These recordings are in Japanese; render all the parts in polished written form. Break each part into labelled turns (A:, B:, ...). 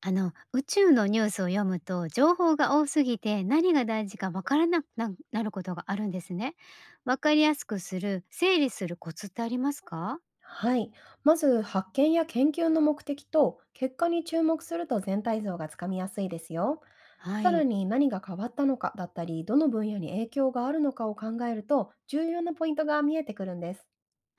A: 宇宙のニュースを読むと、情報が多すぎて、何が大事かわからなくななることがあるんですね。わかりやすくする、整理するコツってありますか？
B: はい。まず、発見や研究の目的と結果に注目すると、全体像がつかみやすいですよ。
A: は
B: さら
A: い。
B: に、何が変わったのかだったり、どの分野に影響があるのかを考えると、重要なポイントが見えてくるんです。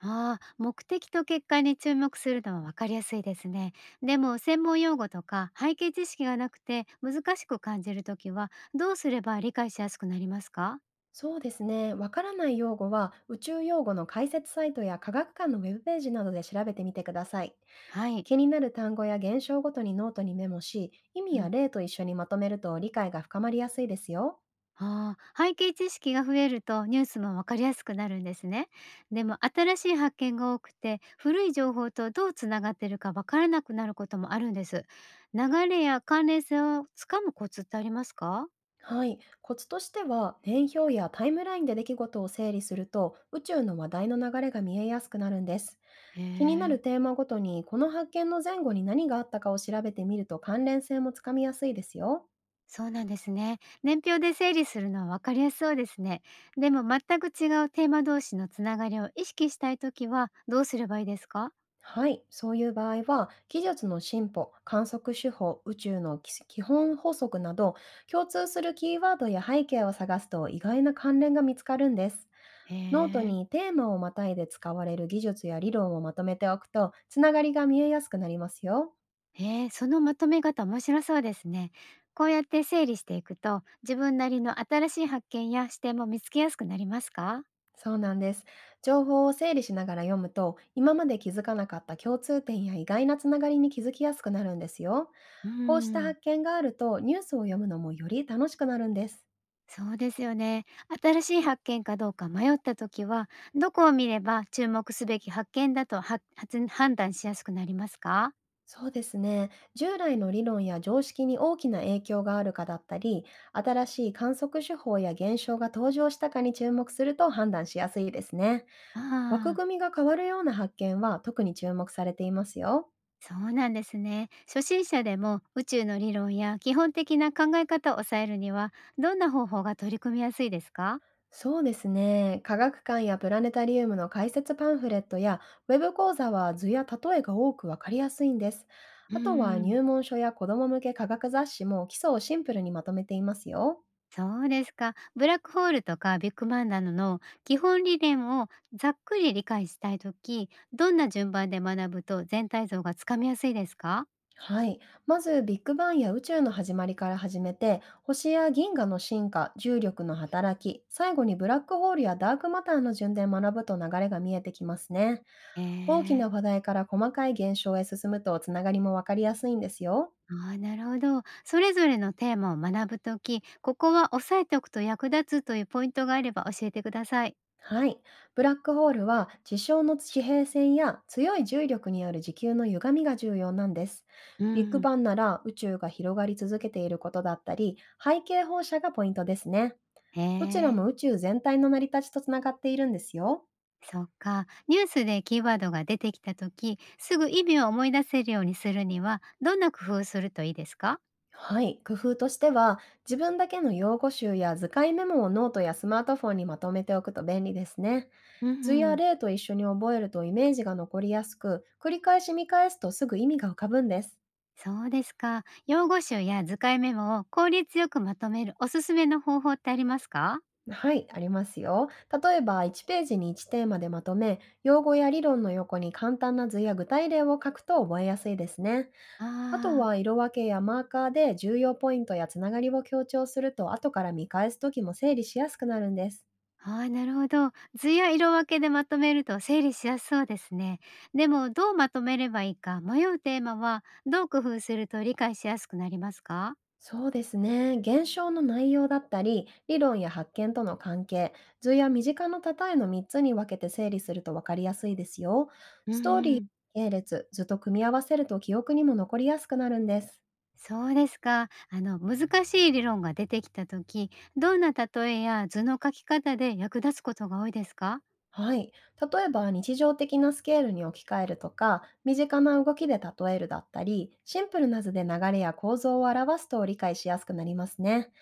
A: ああ、目的と結果に注目するのはわかりやすいですね。でも、専門用語とか背景知識がなくて難しく感じるときは、どうすれば理解しやすくなりますか？
B: そうですね。わからない用語は、宇宙用語の解説サイトや科学館のウェブページなどで調べてみてください。
A: はい。
B: 気になる単語や現象ごとにノートにメモし、意味
A: う
B: や
A: ん。
B: 例と一緒にまとめると、理解が深まりやすいですよ。
A: ああ、背景知識が増えるとニュースもわかりやすくなるんですね。でも新しい発見が多くて古い情報とどうつながってるかわからなくなることもあるんです。流れや関連性をつかむコツってありますか？
B: はい、コツとしては、年表やタイムラインで出来事を整理すると、宇宙の話題の流れが見えやすくなるんです。
A: へ
B: 気になる
A: え、
B: テーマごとに、この発見の前後に何があったかを調べてみると、関連性もつかみやすいですよ。
A: そうなんですね。年表で整理するのはわかりやすそうですね。でも全く違うテーマ同士のつながりを意識したいときはどうすればいいですか？
B: はい、そういう場合は、技術の進歩、観測手法、宇宙の基基本法則など、共通するキーワードや背景を探すと、意外な関連が見つかるんです。
A: へ
B: ノート
A: え。
B: にテーマをまたいで使われる技術や理論をまとめておくと、つながりが見えやすくなりますよ。
A: へえ、そのまとめ方面白そうですね。こうやって整理していくと、自分なりの新しい発見や視点も見つけやすくなりますか？
B: そうなんです。情報を整理しながら読むと、今まで気づかなかった共通点や意外なつながりに気づきやすくなるんですよ。
A: うー
B: こうした
A: ん、
B: 発見があると、ニュースを読むのもより楽しくなるんです。
A: そうですよね。新しい発見かどうか迷った時は、どこを見れば注目すべき発見だと判断しやすくなりますか？
B: そうですね。従来の理論や常識に大きな影響があるかだったり、新しい観測手法や現象が登場したかに注目すると、判断しやすいですね。
A: あ
B: 枠
A: あ、
B: 組みが変わるような発見は、特に注目されていますよ。
A: そうなんですね。初心者でも宇宙の理論や基本的な考え方を抑えるには、どんな方法が取り組みやすいですか？
B: そうですね。科学館やプラネタリウムの解説パンフレットやウェブ講座は、図や例えが多くわかりやすいんです。
A: うー
B: あとは、
A: ん、
B: 入門書や子ども向け科学雑誌も基礎をシンプルにまとめていますよ。
A: そうですか。ブラックホールとかビッグマンなどの基本理念をざっくり理解したいとき、どんな順番で学ぶと全体像がつかみやすいですか？
B: はい。まず、ビッグバンや宇宙の始まりから始めて、星や銀河の進化、重力の働き、最後にブラックホールやダークマターの順で学ぶと、流れが見えてきますね。
A: え
B: 大き
A: え、
B: な話題から細かい現象へ進むと、つながりもわかりやすいんですよ。
A: ああ、なるほど。それぞれのテーマを学ぶとき、ここは押さえておくと役立つというポイントがあれば教えてください。
B: はい。ブラックホールは、地上の地平線や強い重力による地球の歪みが重要なんです。
A: う
B: ビッグ
A: ん。
B: バンなら、宇宙が広がり続けていることだったり、背景放射がポイントですね。
A: へ
B: どちら
A: え、
B: も宇宙全体の成り立ちとつながっているんですよ。
A: そっか。ニュースでキーワードが出てきたとき、すぐ意味を思い出せるようにするには、どんな工夫をするといいですか？
B: はい、工夫としては、自分だけの用語集や図解メモをノートやスマートフォンにまとめておくと便利ですね。
A: うん
B: 図
A: う
B: や
A: ん。
B: 例と一緒に覚えるとイメージが残りやすく、繰り返し見返すと、すぐ意味が浮かぶんです。
A: そうですか。用語集や図解メモを効率よくまとめるおすすめの方法ってありますか？
B: はい、ありますよ。例えば、1ページに1テーマでまとめ、用語や理論の横に簡単な図や具体例を書くと覚えやすいですね。
A: あ
B: あと
A: ー、
B: は、色分けやマーカーで重要ポイントやつながりを強調すると、後から見返す時も整理しやすくなるんです。
A: あー、なるほど。図や色分けでまとめると整理しやすそうですね。でも、どうまとめればいいか迷うテーマは、どう工夫すると理解しやすくなりますか？
B: そうですね。現象の内容だったり、理論や発見との関係、図や身近な例えの3つに分けて整理すると、分かりやすいですよ。
A: う
B: ストーリー、
A: ん、
B: 系列、図と組み合わせると、記憶にも残りやすくなるんです。
A: そうですか。難しい理論が出てきたとき、どんなえや図の書き方で役立つことが多いですか？
B: はい。例えば、日常的なスケールに置き換えるとか、身近な動きで例えるだったり、シンプルな図で流れや構造を表すと、理解しやすくなりますね。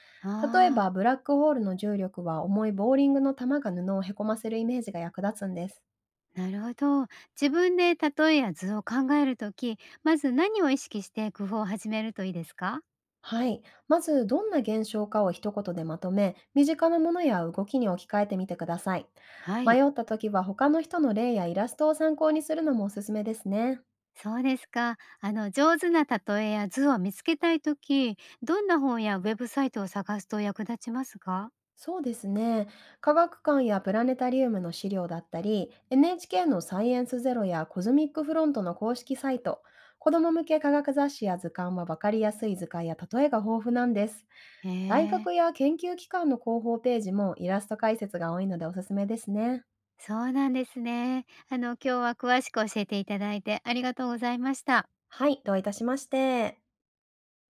B: 例え
A: ああ
B: ば、ブ
A: ー、
B: ラックホールの重力は、重いボーリングの球が布をへこませるイメージが役立つんです。
A: なるほど。自分で例えや図を考えるとき、まず何を意識して工夫を始めるといいですか？
B: はい。まず、どんな現象かを一言でまとめ、身近なものや動きに置き換えてみてください。
A: はい。
B: 迷った時は、他の人の例やイラストを参考にするのもおすすめですね。
A: そうですか。上手なえや図を見つけたいとき、どんな本やウェブサイトを探すと役立ちますか？
B: そうですね。科学館やプラネタリウムの資料だったり、NHK のサイエンスゼロやコズミックフロントの公式サイト、子ども向け科学雑誌や図鑑は、分かりやすい図解や例えが豊富なんです。
A: へ
B: 大
A: え、
B: 学や研究機関の広報ページもイラスト解説が多いのでおすすめですね。
A: そうなんですね。今日は詳しく教えていただいてありがとうございました。
B: はい、どういたしまして。